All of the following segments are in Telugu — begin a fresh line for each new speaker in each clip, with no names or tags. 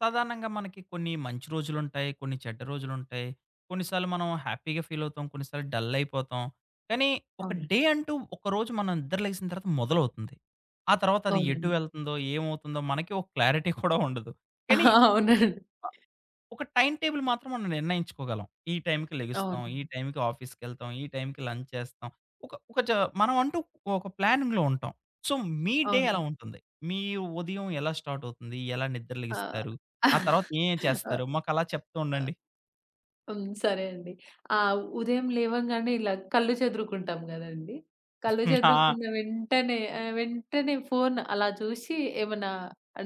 సాధారణంగా మనకి కొన్ని మంచి రోజులుంటాయి. కొన్ని చెడ్డ రోజులుంటాయి. కొన్నిసార్లు మనం హ్యాపీగా ఫీల్ అవుతాం. కొన్నిసార్లు డల్ అయిపోతాం. కానీ ఒక
అవునండి.
డే అంటూ ఒకరోజు మనం నిద్ర లెగిసిన తర్వాత మొదలవుతుంది. ఆ తర్వాత అది ఎటు
అవునండి.
వెళ్తుందో, ఏమవుతుందో మనకి ఒక క్లారిటీ కూడా ఉండదు. కానీ ఒక
అవునండి.
ఒక టైమ్ టేబుల్ మాత్రం మనం నిర్ణయించుకోగలం. ఈ టైంకి లెగుస్తాం, ఈ
అవునండి.
టైంకి ఆఫీస్‌కెళ్తాం, ఈ టైంకి లంచ్ చేస్తాం. ఒక ఒక జ మనం అంటూ ఒక ప్లానింగ్‌లో ఉంటాం. సో, మీ డే ఎలా
అవునండి.
ఉంటుంది? మీ ఉదయం ఎలా స్టార్ట్ అవుతుంది? ఎలా నిద్ర
ఆహ్,
లెగిస్తారు? ఆ తర్వాత ఏం చేస్తారు?
ఆహ్,
మాకలా చెప్తూ
ఆహ్,
ఉండండి.
హ్మ్. సరే అండి. ఆ! ఉదయం లేవంగానే ఇలా కళ్ళు చెదురుకుంటాం గదండీ! కళ్ళు
ఆ!
చెదురుకున్న వెంటనే వెంటనే ఫోను అలా చూసి ఏమన్నా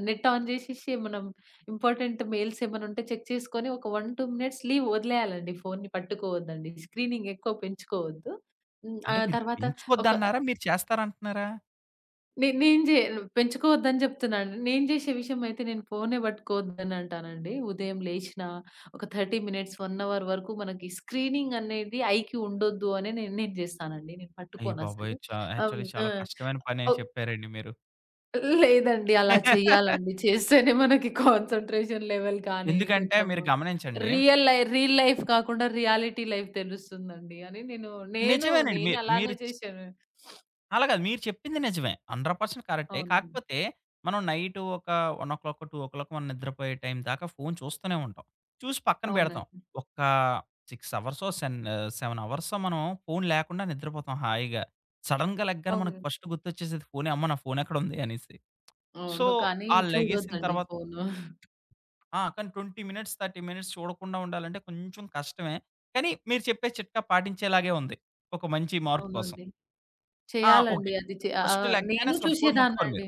నెట్ ఆన్ జేసేసి మనం ఇంపార్టెంట్ మెయిల్స్ ఏమైనా ఉంటే చెక్ చేసుకొని ఒక 1, 2 మినిట్స్ లీవ్ వదిలేయాలండి. ఫోన్ని పట్టుకోవద్దండి. స్క్రీనింగ్ ఎక్కువ పెంచుకోవద్దు. హ్మ్. ఆ
అంటే మీరు
తర్వాత ఒక
పెంచుకోద్దన్నారా? మీరు చేస్తారంటున్నారా?
నే నేను జే పెంచుకోవద్దని జెప్తున్నాను. నేను జేసే విషయం అయితే నేను ఫోనే పట్టుకోవద్దని అంటానండి. ఉదయం లేషినా ఒక 30 మినిట్స్, 1 అవర్ వరకు మనకి స్క్రీనింగ్ అనేది ఐకి ఉండొద్దు అనే నేను నేను జేస్తానండి. నేను
అయ్య బాబోయ్!
పట్టుకోనసలు. ఆహ్,
యాక్చువల్లీ
హ్మ్. ఆ!
చాలా కష్టమైన పని అని
ఓహ్!
చెప్పారండి మీరు.
లేదండి. అలా చెయ్యాలండి. చేస్తేనే మనకి కాన్సంట్రేషన్ లెవెల్ కానీ
ఎందుకంటే
కొంచెం
మీరు గమనించండి
రియల్ లై రీల్ లైఫ్ కాకుండా రియాలిటీ లైఫ్ తెలుస్తుందండి అని నేను నేను
నిజమేనండి.
నేను
మీరు
అలానే
మీరు
చేశాను.
అలా కాదు. మీరు చెప్పింది నిజమే. 100% కరెక్టే.
అవునండి.
కాకపోతే మనం నైట్ ఒక 1:00, 2:00 మనం నిద్రపోయే టైం దాకా ఫోను చూస్తూనే ఉంటాం. చూసి పక్కన పెడతాం.
అవునండి.
ఒక 6 అవర్సో, 7 అవర్సో మనం ఫోను లేకుండా నిద్రపోతాం హాయిగా. సడెన్‌గా లెగ్గానే మనకు
అవును.
ఫస్ట్ గుర్తొచ్చేసేది ఫోనే. అమ్మ! నా ఫోనెక్కడుంది అనేసి. సో,
అవును. కానీ
ఆ లెగేసిన
చూడొద్దండి
తర్వాత
ఫోను.
ఆ! కానీ 20 మినిట్స్, 30 మినిట్స్ చూడకుండా ఉండాలంటే కొంచెం కష్టమే. కానీ మీరు చెప్పే చిట్కా పాటించేలాగే ఉంది. ఒక మంచి మార్పు కోసం.
అవునండి.
ఆ! ఓకే.
చేయాలండి అది చే ఆ!
ఫస్ట్ లెగ్గానే
నేను
అసలు ఫోను ముట్టుకోరు మీరు.
చూసేదాన్నండి.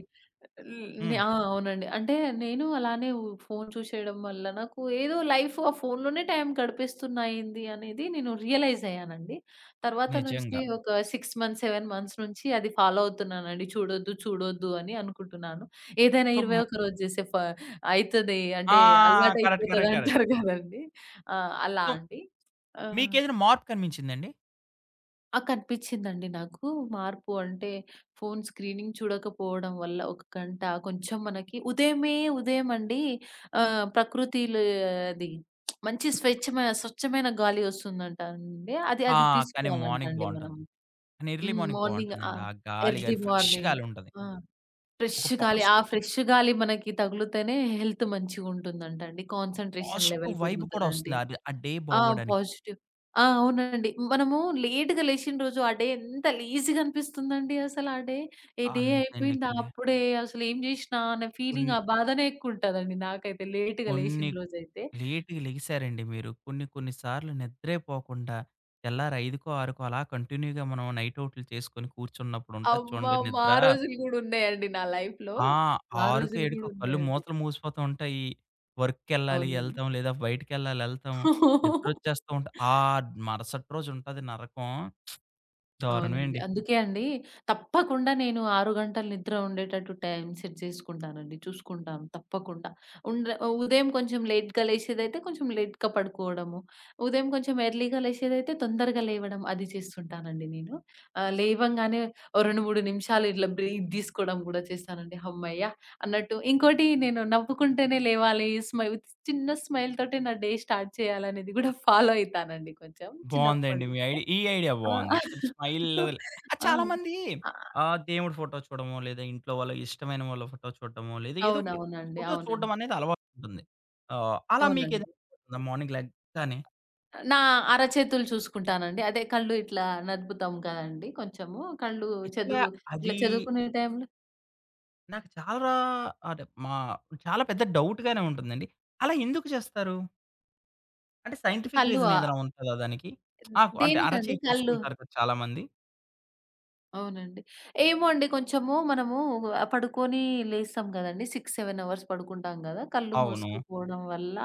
నే
హ్మ్.
ఆ! అవునండి. అంటే నేను అలానే ఫోను చూసేయడం వల్ల నాకు ఏదో లైఫ్ ఆ ఫోనులోనే టైం గడిపేస్తున్నయింది అనేది నేను రియలైజ్ అయ్యానండి. తర్వాత నుంచి
నిజంగా.
ఒక 6 మంత్స్, 7 మంత్స్ నుంచి అది ఫాలో అవుతున్నానండి. చూడొద్దు, చూడొద్దు అని అనుకుంటున్నాను.
సో,
ఏదైనా
ము
21 రోజు చేసే ఫ అయితది
ఆ!
అంటే
కరెక్ట్. కరెక్ట్. కరెక్ట్.
అలవాటయిపోతదంటారు కదండీ! ఆ! అలా
సో,
అండి. ఆ!
మీకేదైనా మార్పు కనిపించిందండి?
ఆ! కనిపించిందండి నాకు. మార్పు అంటే ఫోను స్క్రీనింగ్ చూడకపోవడం వల్ల ఒక గంట కొంచెం మనకి ఉదయం అండి ప్రకృతిలో అది మంచి స్వచ్ఛమైన స్వచ్ఛమైన గాలి వస్తుందంట అండి. అది
ఆ!
అది
కానీ
తీసుకోవాలంట
మార్నింగ్
అండి మనం.
బావుంటుంది. కానీ ఎర్లీ
హ్మ్.
Morning
morning. ఆ!
బావుంటుందండి. ఆ గాలి
ఎర్లీ
గాని ఫ్రెష్
మార్నింగ్.
గాలి ఉంటది.
ఆ! ఫ్రెష్
ఒక
గాలి.
పాస్
ఆ ఫ్రెష్ గాలి మనకి తగులుతేనే హెల్త్ మంచిగుంటుందంట అండి.
ఒక
కాన్సంట్రేషన్
పాజిటివ్
లెవెల్
వైబ్ కూడా
పెరుగుతదండి.
వస్తుంది. అది ఆ డే
ఆ!
బాగోడానికి.
పాజిటివ్. ఆ! అవునండి. మనము లేట్‌గా లేచిన రోజు ఆ డే ఎంత లేజీగా అనిపిస్తుందండి అసలు ఆ డే. ఏ డే అయిపోయిందా
అంతెందుకండి.
అప్పుడే అసలేం జేసినా అనే
కొన్ని
ఫీలింగ్ ఆ బాధనే ఎక్కువుంటదండి నాకైతే లేట్‌గా
కొన్ని
లేసిన రోజైతే.
లేట్‌గా లెగిసారండి మీరు. కొన్ని కొన్ని సార్లు నిద్రే పోకుండా తెల్లారి 5కో, 6కో అలా కంటిన్యూగా మనం నైట్ ఔట్లు చేసుకొని కూర్చున్నప్పుడు ఉంటది చూడండి
అమ్మమ్మ!
నిద్ర
ఆ రోజులు గూడా ఉన్నాయండి నా లైఫ్‌లో.
ఆ!
ఆ
6కో,
రోజులు గూడా
7కో కళ్ళు
ఉన్నాయండి.
మూతలు మూసిపోతూ ఉంటాయి. వర్క్‌కెళ్ళాలి
అవునండి.
ఎళ్తాం, లేదా బయటికెళ్ళాలి ఎళ్తాం. నిద్రొచ్చేస్తూ ఉంట ఆ మరుసటి రోజు ఉంటది నరకం.
అవునండి.
దారుణమండి.
అందుకే అండి తప్పకుండా నేను 6 గంటలు నిద్ర ఉండేటట్టు టైం సెట్ జేసుకుంటానండి. చూసుకుంటాం తప్పకుండా. ఉండ ఉదయం కొంచెం లేట్‌గా లేచేదైతే కొంచెం లేట్‌గా పడుకోవడము. ఉదయం కొంచెం ఎర్లీ‌గా లేచేదైతే తొందరగా లేవడం అది చేస్తుంటానండి నేను. లేవంగానే ఓ 2, 3 నిమిషాలు ఇట్లా బ్రీత్ తీసుకోవడం గూడా చేస్తానండి. హమ్మయ్య! అన్నట్టు. ఇంకోటి నేను నవ్వుకుంటేనే లేవాలి. చిన్న స్మైల్ తోటే నా డే స్టార్ట్ చేయాలనేది గూడా ఫాలో అయితానండి కొంచెం
బావుందండి
చిన్నప్పటి
మీ
నుంచి.
ఐడి ఈ ఐడియా
ఆ!
బావుంది. కొంచెం స్మైల్ ఆ! చాలా
ఆ!
మంది
ఆ!
ఆహ్, దేవుడి ఫోటో చూడడమో, లేదా ఇంట్లో వాళ్ళ ఇష్టమైన వాళ్ళ ఫోటో చూడడమో, లేదా ఏదో ఒకటి
అవునవునండి.
ఫోటో చూడడం
అవునండి.
అనేది అలవాటుంటుంది. ఆహ్, అలా
అవునండి.
మీకేదైనా మార్నింగ్ లెగ్గానే
నా అరచేతులు చూసుకుంటానండి. అదే కళ్ళు ఇట్లా నదుపుతాం కదండీ కొంచెము. కళ్ళు
యాక్చువల్‌గా
చదువు ఇట్లా
అది
చదువుకునే టైంలో
నాకు చాలా అదే మా చాలా పెద్ద డౌట్‌గానే ఉంటుందండి. అలా ఎందుకు చేస్తారు? అంటే సైంటిఫిక్
కళ్ళు
రీజన్ ఏదైనా ఉంటదా దానికి? ఆ! అంటే
దేనికండి
అరచేయి
కళ్ళు?
కోసుకుంటారు కదా చాలామంది.
అవునండి. ఏమో అండి కొంచెము మనము పడుకొని లేస్తాం గదండీ! 6, 7 అవర్స్ పడుకుంటాం గదా! కళ్ళు
అవును.
మూసుకుపోవడం వల్ల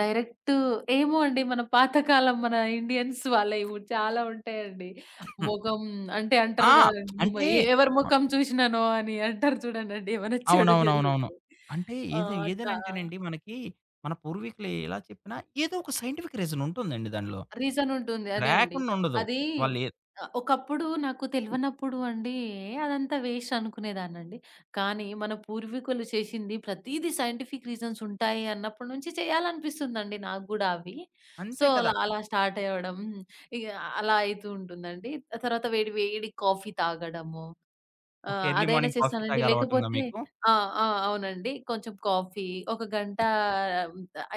డైరెక్ట్ ఏమో అండి మన పాతకాలం మన ఇండియన్స్ వాళ్ళవి చాలా ఉంటాయండి.
హ్మ్.
మొఖం అంటే
ఆ!
అంటారు గదండీ!
అంటే
ఎవరి మొఖం చూసినానో అని అంటారు చూడండండి ఏమైనా చెడు
అవునవునవునవును.
జరిగితే.
అంటే
ఆ!
ఏది
అట్లా
ఏదేనంటేనండి మనకి మన పూర్వీకులు ఎలా చెప్పినా ఏదో ఒక సైంటిఫిక్ రీజన్ ఉంటుందండి దానిలో.
రీజన్ ఉంటుంది. అదే అండి.
లేకుండా ఉండదు.
అది
వాళ్ళు ఏ
ఒకప్పుడు నాకు తెలవనప్పుడు అండి అదంతా వేస్ట్ అనుకునేదాన్నండి. కానీ మన పూర్వీకులు చేసింది ప్రతీదీ సైంటిఫిక్ రీజన్స్ ఉంటాయి అన్నప్పటి నుంచి చేయాలనిపిస్తుందండి నాకు గూడా అవి. సో,
అంతే కదా!
అలా అలా స్టార్ట్ అవ్వడం ఇగ అలా అయితూ ఉంటుందండి. ఆ తర్వాత వేడి వేడి కాఫీ తాగడము. ఆ!
ఓకే. ఎర్లీ
అదైనా
మార్నింగ్ కాఫీ
చేస్తానండి.
తాగే అలవాటుందా
లేకపోతే
మీకు?
ఆ! ఆ! అవునండి. కొంచెం కాఫీ, ఒక గంట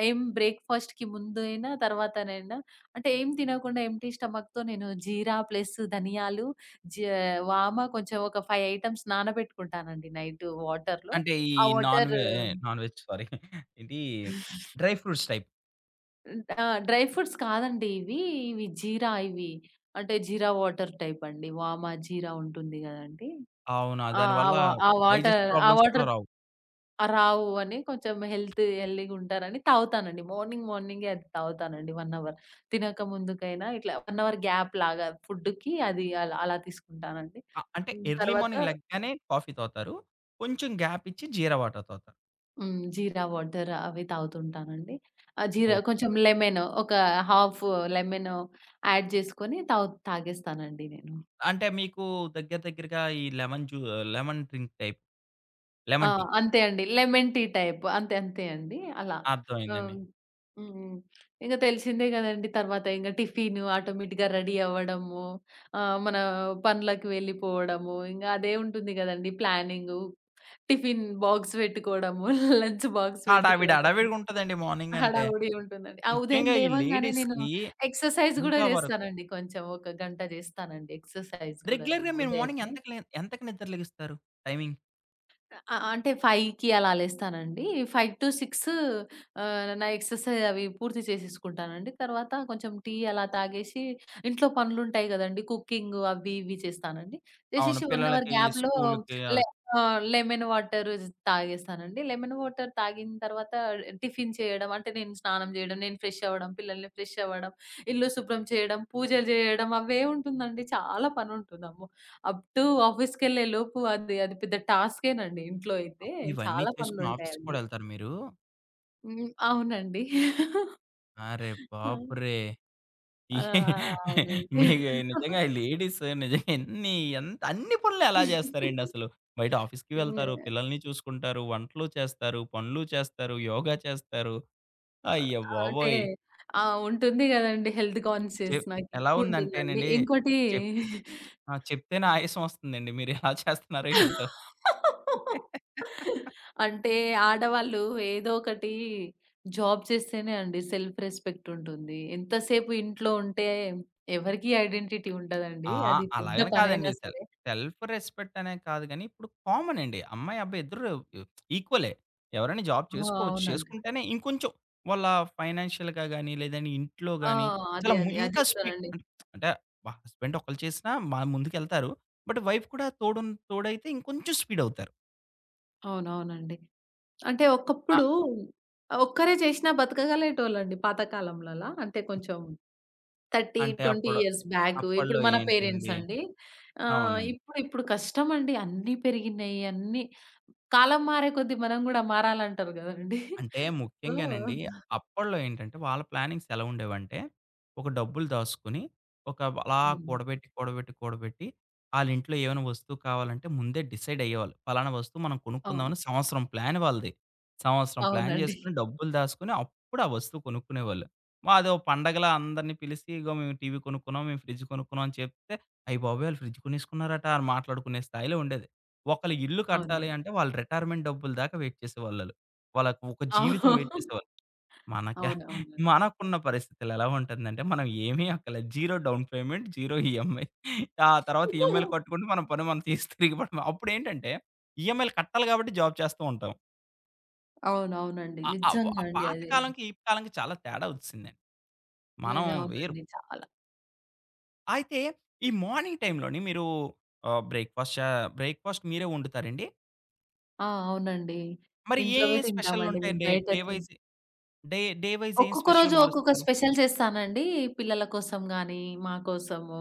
ఏం బ్రేక్‌ఫాస్ట్‌కి ముందైనా, తర్వాతనైనా అంటే ఏం తినకుండా ఎంప్టీ స్టమక్‌తో నేను జీరా ప్లస్ ధనియాలు, జ వామ కొంచెం ఒక 5 ఐటెమ్స్ నానబెట్టుకుంటానండి నైట్ వాటర్‌లో.
అంటే ఈ
ఆ
నాన్
వాటర్
వె నాన్ వెజ్ సారీ. ఇది డ్రై ఫ్రూట్స్ టైప్.
ఆ! డ్రై ఫ్రూట్స్ కాదండి ఇవి. ఇవి జీరా ఇవి. అంటే జీరా వాటర్ టైప్ అండి. వామ, జీరా ఉంటుంది గదండీ!
అవునా!
ఆ! ఆ
దానివల్ల
అవునండి. వా ఆ వాటర్
డైజెస్ట్
ఆ
ప్రాబ్లమ్స్ కూడా
వాటర్
రావు.
ఆ! రావు అని కొంచెం హెల్త్ హెల్తీగుంటారని తాగుతానండి. మార్నింగే అది తాగుతానండి 1 అవర్. తినక ముందుకైనా ఇట్లా 1 అవర్ గ్యాప్ లాగా ఫుడ్‌కి అది అలా అలా తీసుకుంటానండి.
అంటే
హ్మ్.
ఎర్లీ
తర్వాత
మార్నింగ్ లెగ్గానే కాఫీ తాగుతారు. కొంచెం గ్యాప్ ఇచ్చి జీరా వాటర్ తాగుతారు.
హ్మ్. జీరా వాటర్ అవి తాగుతుంటానండి. ఆ జీరా
ఓకే.
కొంచెం లెమన్ ఒక హాఫ్ లెమన్ యాడ్ చేసుకొని తాగేస్తానండి నేను.
అంటే మీకు దగ్గర దగ్గరగా ఈ లెమన్ జ్యూ లెమన్ డ్రింక్ టైప్.
ఆ!
Lemon tea.
అంతే అండి. Lemon tea type. అంతే అంతే అండి. అలా.
అర్థమైందండి.
ఆహ్, హ్మ్. ఇంక తెలిసిందే గదండీ! తర్వాత టిఫిను ఆటోమేటిక్‌గా రెడీ అవ్వడము. మన పనులకు వెళ్ళిపోవడము. ఇంగ అదే ఉంటుంది గదండీ! ప్లానింగు. టిఫిన్ బాక్స్ పెట్టుకోవడము. లంచ్ బాక్స్
హడావిడి
పెట్టుకోవడము.
హడావిడిగా ఉంటదండి మార్నింగ్ అంటే.
హడావుడి ఉంటుందండి. ఆ ఉదయం
ముఖ్యంగా ఈ
లేవంగానే నేను
లేడీస్‌కి
ఎక్సర్సైజ్ గూడా
ఇంకా వరకు
జేస్తానండి కొంచెం. ఒక గంట జేస్తానండి. ఎక్సర్సైజ్ గూడా
రెగ్యులర్‌గా
నేను
మీరు మార్నింగ్
ఉదయమే.
ఎంతకి నిద్ర లెగిస్తారు? టైమింగ్?
అంటే 5కి అలా లేస్తానండి. 5-6 నా ఎక్సర్‌సైజ్ అవి పూర్తి చేసేసుకుంటానండి. తర్వాత కొంచెం టీ అలా తాగేసి ఇంట్లో పనులుంటాయి గదండీ! కుకింగ్ అవి ఇవి చేస్తానండి.
అవును.
చేసేసి 1 అవర్
పిల్లలకి
గ్యాప్‌లో
స్కూలుకి అవి.
లే లెమన్ వాటర్ తాగేస్తానండి. లెమన్ వాటర్ తాగిన తర్వాత టిఫిన్ చేయడం అంటే నేను స్నానం జేయడం, నేను ఫ్రెష్ అవ్వడం, పిల్లల్ని ఫ్రెష్ అవ్వడం, ఇల్లు శుభ్రం చేయడం, పూజలు జేయడం అవే ఉంటుందండి. చాలా పనుంటుందమ్మో! అప్ టు ఆఫీస్‌కెళ్ళే లోపు అది అది పెద్ద టాస్కేనండి ఇంట్లో అయితే.
ఇవన్నీ
చాలా
చేసుకొని ఆఫీస్‌కి
పనులుంటాయండి.
కూడా ఎళ్తారా మీరు?
హ్మ్. అవునండి.
అరె
ఆ!
బాపురే! ఈ
ఆ! అవునండి.
మీకు నిజంగా లేడీస్ నిజంగా ఎంత అన్ని పనులు ఎలా చేస్తారండి అసలు? బయట ఆఫీస్‌కి
ఇంగ
వెళ్తారు, పిల్లల్ని చూసుకుంటారు, వంటలు చేస్తారు, పనులు చేస్తారు, యోగా చేస్తారు.
అంటే
అయ్యబాబోయ్!
ఆ! ఉంటుంది గదండీ హెల్త్
చె
కాన్షియస్
ఎలా
నాకెక్కువుంటుందండి.
ఉందంటేనండి
ఇంకోటి
చెప్ ఆ! చెప్తేనే ఆయాసం వస్తుందండి. మీరు ఎలా చేస్తున్నారో ఏంటో?
అంటే ఆడవాళ్ళు ఏదో ఒకటి జాబ్ చేస్తేనే అండి సెల్ఫ్ రెస్పెక్ట్ ఉంటుంది. ఎంతసేపు ఇంట్లో ఉంటే ఎవరికీ ఐడెంటిటీ ఉండదండి.
ఆ!
అది పెద్ద
అలాగని కాదండి.
పనైనా సరే.
సెల్ఫ్ రెస్పెక్ట్ అనే కాదు గానీ, ఇప్పుడు కామన్ అండి. అమ్మాయి, అబ్బాయి ఇద్దరు ఈక్వలే. ఎవరైనా జాబ్
ఆ!
చేసుకోవచ్చు.
అవునండి.
చేసుకుంటేనే ఇంకొంచెం వాళ్ళ ఫైనాన్షియల్‌గా గానీ, లేదంటే ఇంట్లో
ఆ!
గానీ,
అదే
చాలా ము
అదే. అది
ఇంకా స్పీడ్
కూడానండి.
అంటే, అంటే హస్బెండ్ ఒకళ్ళు చేసినా మా ముందుకెళ్తారు. బట్ వైఫ్ కూడా తోడైతే ఇంకొంచెం స్పీడ్ అవుతారు.
అవునవునండి. అంటే
ఆ!
ఒకప్పుడు ఒక్కరే చేసినా బతకగలేటోళ్ళండి పాతకాలంలలా. అంటే కొంచెం 30,
అంటే
20
అప్పుడు
ఇయర్స్ బ్యాక్. ఇప్పుడు
అప్పట్లో
మన పేరెంట్స్
ఏంటండి
అండి. ఆహ్,
అవునండి.
ఇప్పుడు ఇప్పుడు కష్టమండి. అన్నీ పెరిగినయి. అన్నీ కాలం మారే కొద్దీ మనం గూడా మారాలంటారు గదండీ!
అంటే
సో
ముఖ్యంగానండి అప్పట్లో ఏంటంటే వాళ్ళ ప్లానింగ్స్ ఎలా ఉండేవంటే, ఒక డబ్బులు దాసుకొని, ఒక అలా
అవును.
కూడబెట్టి, కూడబెట్టి ఆళ్ళింట్లో ఏమైనా వస్తువు కావాలంటే ముందే డిసైడ్ అయ్యేవాళ్ళు. పలానా వస్తువు మనం
అవును.
కొనుక్కుందామని సంవత్సరం ప్లాన్ వాళ్ళది. సంవత్సరం ప్లాన్
అవునండి.
చేసుకొని, డబ్బులు దాసుకొని అప్పుడు ఆ వస్తువు కొనుక్కునేవాళ్ళు. మా అదో పండగలా అందరిని పిలిసి, "ఇగో మేము టీవీ కొనుక్కున్నాం, మేము ఫ్రిడ్జ్ కొనుక్కున్నాం" అని చెప్తే, "అయ్య బాబోయ్! ఆళ్ళు ఫ్రిడ్జ్ కొనేసుకున్నారట" అని మాట్లాడుకునే స్థాయిలో ఉండేది. ఒకళ్ళ ఇల్లు కట్టాలి
అవునండి.
అంటే వాళ్ళు రిటైర్మెంట్ డబ్బుల దాకా వెయిట్ చేసేవాళ్ళు ఆళ్ళు. వాళ్ళకి ఒక జీవితం
అవును.
వెయిట్ చేసేవాళ్ళు. మనక
అవునవును.
మనకున్న పరిస్థితులు ఎలా ఉంటుందంటే, మనం ఏమీ అక్కర్లేదు. 0 డౌన్ పేమెంట్, 0 ఈఎంఐ. ఆ తర్వాత ఈఎంఐలు కట్టుకుంటే మన పని మనం తీసి తిరిగి పడమే. అప్పుడేంటంటే, ఈఎంఐలు కట్టాలి కాబట్టి జాబ్ చేస్తూ ఉంటాం.
అవునవునండి.
ఆహ్, ఆహ్, ఆ
నిజంగా అండి
పాత
అది.
కాలంకి, ఈ కాలంకి చాలా తేడా ఒచ్చేసిందండి. మనం
నేను
వేరు.
అవునండి. చాలా
అయితే ఈ మార్నింగ్ టైమ్‌లోని మీరు ఆహ్, బ్రేక్‌ఫాస్ట్ చా బ్రేక్‌ఫాస్ట్ మీరే వండుతారండి?
ఆ! అవునండి.
మరి ఏ
ఇంట్లోవే తింటామండి
స్పెషల్లుంటాయి
మేము.
డే
బయట
డే
తిన్
వైస్? డే డే వైస్ ఏం
ఒక్కొక్క
స్పెషల్
రోజు ఒక్కొక్క
మారుస్తారు?
స్పెషల్ చేస్తానండి. పిల్లల కోసం గానీ, మా కోసము.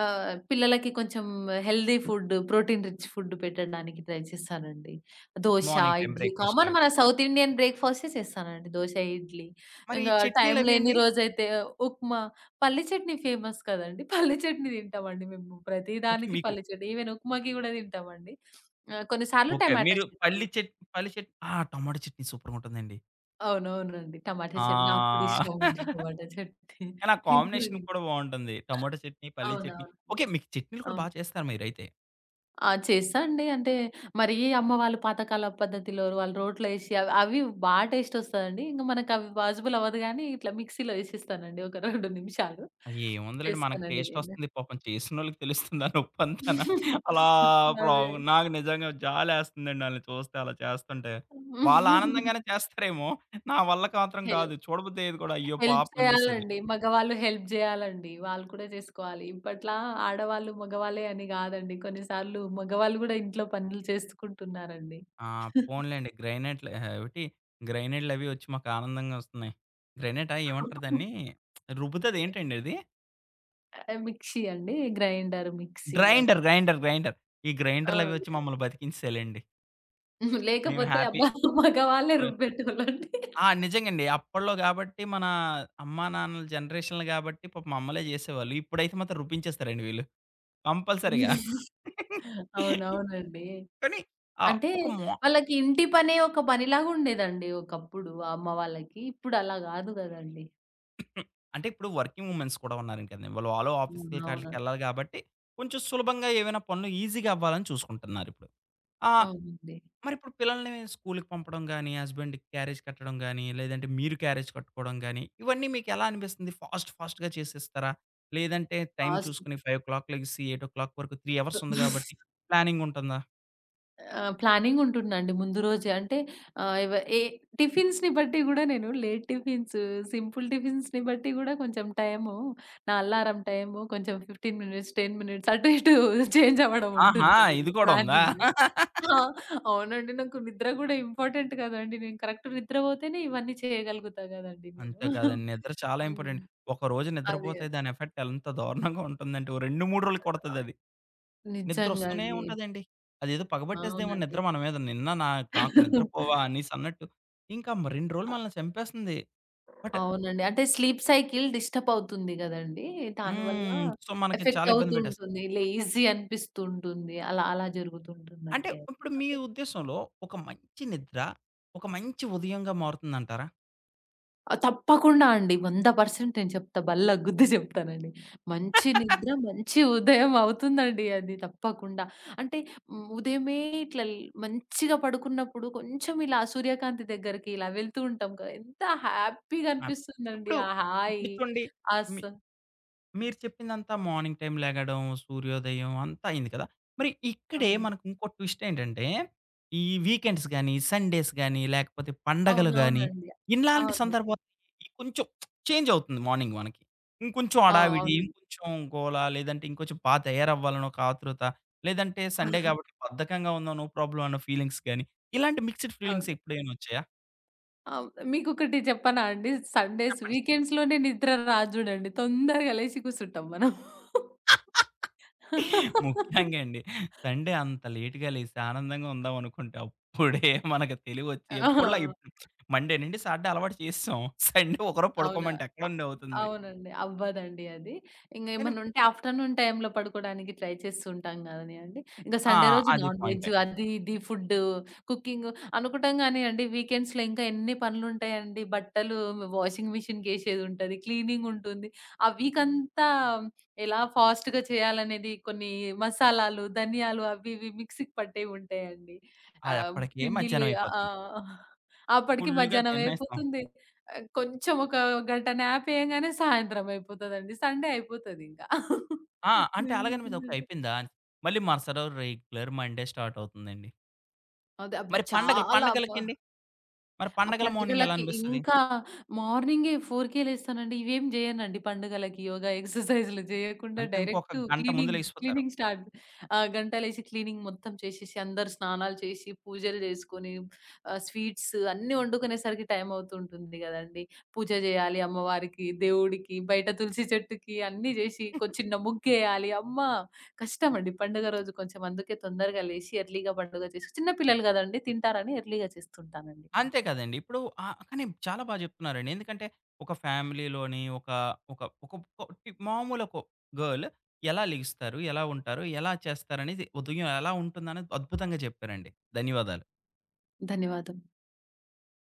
పిల్లలకి కొంచెం healthy food, protein rich food పెట్టడానికి ట్రై చేస్తానండి. Dosa,
morning time
idli common
బ్రేక్‌ఫాస్ట్‌లాగా?
మన సౌత్ ఇండియన్ బ్రేక్‌ఫాస్టే చేస్తానండి. దోస, ఇడ్లీ.
మరి ఈ
ఇంగా టైం
చట్నీలవి
లేని
అండి?
రోజైతే ఉప్మా, పల్లి చట్నీ ఫేమస్ కదండీ! పల్లి చట్నీ తింటామండి మేము. ప్రతి
ఓకే.
దానికి
మీకు
పల్లి చట్నీ. ఈవెన్ ఉప్మాకి గూడా తింటామండి. కొన్ని సార్లు
ఓకే.
టమాటా
మీరు
చట్నీ.
పల్లి చట్ పల్లి చట్ ఆ! టమాటా చట్నీ సూపర్‌గుంటుందండి.
అవునవునండి. టమాటా
ఆ!
చట్నీ నాకు కూడా ఇష్టమండి టమాటా చట్నీ.
కానీ ఆ
నేను కూడా
కాంబినేషన్
తింటా.
కూడా బావుంటుంది. టమాటా చట్నీ, పల్లి చట్నీ.
అవునవును.
ఓకే. మీకు చట్నీలు కూడా
అవును.
బా చేస్తారు మీరైతే.
ఆ! చేస్తా అండి. అంటే మరీ అమ్మ వాళ్ళు పాతకాల పద్ధతిలో వాళ్ళు రోట్లో ఏసి అవి అవి బా టేస్ట్ ఒస్తదండి. ఇంక మనకవి పాజిబుల్ అవ్వదు గానీ, ఇట్లా మిక్సీలో ఏసేస్తానండి ఒక 2 నిమిషాలు.
ఏముందిలేండి మనకి
చేస్తానండి నేను.
టేస్టొస్తుంది. పాపం చేసినోళ్ళకి తెలుస్తుంది ఆ నొప్పంతాన. అలా ప్రా
అదే.
నాకు నిజంగా జాలేస్తుందండి ఆళ్ళని చూస్తే అలా చేస్తుంటే. వాళ్ళు ఆనందంగానే చేస్తారేమో! నా వల్ల మాత్రం
హెల్
కాదు. చూడబుద్దయ్యేది కూడా అయ్యో!
హెల్ప్
పాపం అనిపిస్తది.
చేయాలండి. మగవాళ్ళు హెల్ప్ జేయాలండి. వాళ్ళు కూడా జేసుకోవాలి. ఇప్పట్లా ఆడవాళ్ళు, మగవాళ్ళే అని గాదండి. కొన్నిసార్లు మగవాళ్ళు గూడా ఇంట్లో పనులు చేసుకుంటున్నారండి.
ఆ! పోనీలెండి. గ్రైనేట్లు అహా! ఏవిటి గ్రైనేట్‌లవి వచ్చి మాకు ఆనందంగా వస్తున్నాయి. గ్రైనేటా ఏమంటారు దాన్ని? రుబ్బుతది ఏంటండి అది?
మిక్సీ అండి. గ్రైండర్, మిక్సీ అవి.
గ్రైండర్. ఈ
ఆ!
గ్రైండర్‌లవి వచ్చి మమ్మల్ని బతికించేసాయిలెండి.
గ్రైండ్
మేము
లేకపోతే
హ్యాపీ.
అబ్బా! మగవాళ్ళే
ఓహ్!
రుబ్బెట్టోళ్ళండి.
ఆ! నిజంగండి. అప్పట్లో గాబట్టి మన అమ్మా, నాన్నల జనరేషన్‌లు గాబట్టి పాపం అమ్మలే జేసేవాళ్ళు. ఇప్పుడైతే మాత్రం రుబ్బించేస్తారండి వీళ్ళు కంపల్సరీగా.
అవునవునండి.
కానీ ఆహ్,
అంటే
ఒక మో
వాళ్ళకి ఇంటి పనే ఒక పనిలాగా ఉండేదండి ఒకప్పుడు ఆ అమ్మ వాళ్ళకి. ఇప్పుడు అలా గాదు గదండీ!
హ్మ్. అంటే ఇప్పుడు వర్కింగ్ ఉమెన్స్ కూడా ఉన్నారని కదండీ! వాళ్ళు వాళ్ళు ఆఫీస్‌లకి
అవునవును.
ఆటిలకి ఎళ్ళాలి కాబట్టి, కొంచెం సులభంగా ఏవైనా పనులు ఈజీగా అవ్వాలని చూసుకుంటున్నారిప్పుడు. ఆ!
అవునండి.
మరిప్పుడు పిల్లల్ని స్కూలుకి పంపడం గాని, హస్బెండ్‌కి క్యారేజ్ కట్టడం గాని, లేదంటే మీరు క్యారేజ్ కట్టుకోవడం గాని, ఇవన్నీ మీకెలా అనిపిస్తుంది? ఫాస్ట్ ఫాస్ట్‌గా చేసేస్తారా? లేదంటే టైం
ఫాస్ట్
చూసుకొని 5:00 లెగిసి 8:00 వరకు 3 అవర్స్ ఉంది కాబట్టి ప్లానింగ్ ఉంటుందా?
ఆ! ప్లానింగ్ ఉంటుందండి ముందు రోజే. అంటే ఆహ్, ఎవ ఏ టిఫిన్స్‌ని బట్టి గూడా నేను లేట్ టిఫిన్స్, సింపుల్ టిఫిన్స్‌ని బట్టి గూడా కొంచెం టైము నా అల్లారం టైము కొంచెం 15 మినిట్స్, 10 మినిట్స్ అటు ఇటు చేంజ్ అవ్వడం
ఆహా!
ఉంటుందండి
ఇది
నా
కూడా ఉందా?
ప్లానింగ్. ఆ! అవునండి. నాకు నిద్ర గూడా ఇంపార్టెంట్ కదండీ. నేను కరెక్ట్ నిద్రపోతేనే ఇవన్నీ చేయగలుగుతా గదండీ నేను.
అంతే కాదండి. నిద్ర చాలా
హ్మ్.
ఇంపార్టెంట్. ఒకరోజు
అదే.
నిద్రపోతే దాని ఎఫెక్ట్ ఎంత దారుణంగా ఉంటుందంటే ఓ 2, 3 రోజులకి కొడతదది.
నిజంగా
నిద్రొస్తూనే
అండి.
ఉంటదండి. అదేదో పగబట్టేస్తదేమో
అవునండి.
నిద్ర మన మీద. నిన్న నా నాకు నిద్రపోవా అనేసన్నట్టు. ఇంకా మ 2 రోజులు మనల్ని చంపేస్తుంది. బట్
అవునండి. అంటే స్లీప్ సైకిల్ డిస్టర్బ్ అవుతుంది గదండీ! దానివల్ల
హ్మ్. సో, మనకి
ఎఫెక్ట్
చాలా ఇబ్బంది
అవుతూ
పెట్టేస్తది.
ఉంటుంది. లేజీ అనిపిస్తూ ఉంటుంది. అలా అలా
అంటే
జరుగుతుంటుందండి అది.
ఇప్పుడు మీ ఉద్దేశంలో ఒక మంచి నిద్ర, ఒక మంచి ఉదయంగా మారుతుందంటారా?
ఆ! తప్పకుండా అండి. 100% నేను చెప్తా. బల్లగుద్ది చెప్తానండి. మంచి నిద్ర, మంచి ఉదయం అవుతుందండి అది తప్పకుండా. అంటే హ్మ్, ఉదయమే ఇట్లా ల్ మంచిగా పడుకున్నప్పుడు కొంచెం ఇలా సూర్యకాంతి దగ్గరికి ఇలా వెళ్తూ ఉంటాం కదా! ఎంత హ్యాపీగా
ఆ!
అనిపిస్తుందండి.
ఇప్పుడు
ఆ హాయి,
ఇప్పుడు చూడండి
ఆ స
మీ మీరు చెప్పిందంతా మార్నింగ్ టైమ్ లెగడం, సూర్యోదయం అంతా అయింది కదా! మరి ఇక్కడే
అవును.
మనకు ఇంకో ట్విస్ట్ ఏంటంటే, ఈ వీకెండ్స్ గాని, సండేస్ గాని, లేకపోతే పండగలు గాని,
అవునవునండి.
ఇలాంటి
అవునండి.
సందర్భాలు ఈ కొంచెం చేంజ్ అవుతుంది మార్నింగ్ మనకి. ఇంకొంచెం హడావిడి,
అవునండి.
ఇంకొంచెం గోల, లేదంటే ఇంకొంచెం బా తయారవ్వాలని ఒక ఆతృత, లేదంటే సండే కాబట్టి బద్ధకంగా ఉందాం, నో ప్రాబ్లమ్ అన్న ఫీలింగ్స్ గాని, ఇలాంటి మిక్స్డ్ ఫీలింగ్స్
అవును.
ఎప్పుడైనా వచ్చాయా?
అవును. మీకొకటి చెప్పనా అండి? సండేస్,
చెప్పండి.
వీకెండ్స్‌లోనే నిద్ర రాదు జూడండి. తొందరగా లేసి కూసుంటాం మనం.
ముఖ్యంగా అండి. సండే అంత లేట్‌గా లేసి ఆనందంగా ఉందాం అనుకుంటే అప్పుడే మనకు తెలివొచ్చి ఎప్పుడులా
ఆ!
ఇప్పుడు మండే నుండి సాటర్డే అలవాటు చేసేసాం. సండే ఒకరోజు
అవునా?
పడుకోమంటే
అ
ఎక్కడండి అవుతుంది.
అవునండి. అవ్వదండి అది.
కానీ
ఇంగేమన్నా ఉంటే ఆఫ్టర్‌నూన్ టైమ్‌లో పడుకోడానికి ట్రై చేస్తూ ఉంటాం కదనియండి. ఇంక
ఆ!
సండే రోజు
అది
నాన్-వెజ్
పాయింటే.
అది ఇది ఫుడ్డు, కుకింగ్ అనుకుంటాం గానియండి వీకెండ్స్‌లో ఇంకా ఎన్ని పనులుంటాయండి. బట్టలు వాషింగ్ మిషన్‌కేసేదుంటది, క్లీనింగుంటుంది. ఆ వీకంతా ఎలా ఫాస్ట్‌గా చేయాలనేది కొన్ని మసాలాలు, ధనియాలు అవి ఇవి మిక్సీకి పట్టేవుంటాయండి.
అది
ఆహ్,
అప్పటికే మధ్యాహ్నం
పిండిలు ఆ! ఆ!
అయిపోతుంది.
అప్పటికి
ఫుల్లుగా
మధ్యాహ్నం
తినేస్తాం.
అయిపోతుంది. కొంచెం ఒక గంట న్యాప్ ఏయంగానే సాయంత్రం అయిపోతదండి. సండే అయిపోతదింకా.
ఆ! అంటే అలాగని మీద ఓకే
ఏముంటుందండి.
అయిపోయిందా? అని మళ్ళీ మరుసటి రోజు రెగ్యులర్ మండే స్టార్ట్ అవుతుందండి.
అదే అది
మరి పండగలు
చాలా అబ్బా!
పండగలకండి? మరి
ఆ
పండగల మార్నింగ్ ఎలా
పండుగలకి
అనిపిస్తది?
ఇంకా మార్నింగే 4కే లేస్తానండి. ఇవేం జేయనండి పండుగలకి యోగా, ఎక్సర్‌సైజ్‌లు జేయకుండా
అంటే ఇంకొక
డైరెక్ట్
గంట ముందు
క్లీనింగ్,
లెగిసిపోతారు.
Cleaning start. గంట లేసి క్లీనింగ్ మొత్తం చేసేసి, అందరు స్నానాలు చేసి, పూజలు జేసుకొని, స్వీట్స్ అన్నీ వండుకునేసరికి టైం అవుతుంటుంది గదండీ. పూజ జేయాలి అమ్మవారికి, దేవుడికి, బయట తులసి చెట్టుకి అన్నీ జేసి చిన్న ముగ్గేయాలి. అమ్మా! కష్టమండి పండుగ రోజు కొంచెం అందుకే తొందరగా లేసి ఎర్లీ‌గా పండుగ చేసి చిన్న పిల్లలు గదండీ తింటారని ఎర్లీ‌గా చేస్తుంటానండి.
అంతే కదండీ. ఇప్పుడు కానీ చాలా బా జెప్తున్నారండి. ఎందుకంటే ఒక ఫ్యామిలీలోని ఒక ఒక ఒక కొ మామూలు ఒక గర్ల్ ఎలా లెగిస్తారు? ఎలా ఉంటారు? ఎలా చేస్తారనేది ఉదయం ఎలా ఉంటుందనేది అద్భుతంగా చెప్పారండి. ధన్యవాదాలు.
ధన్యవాదం.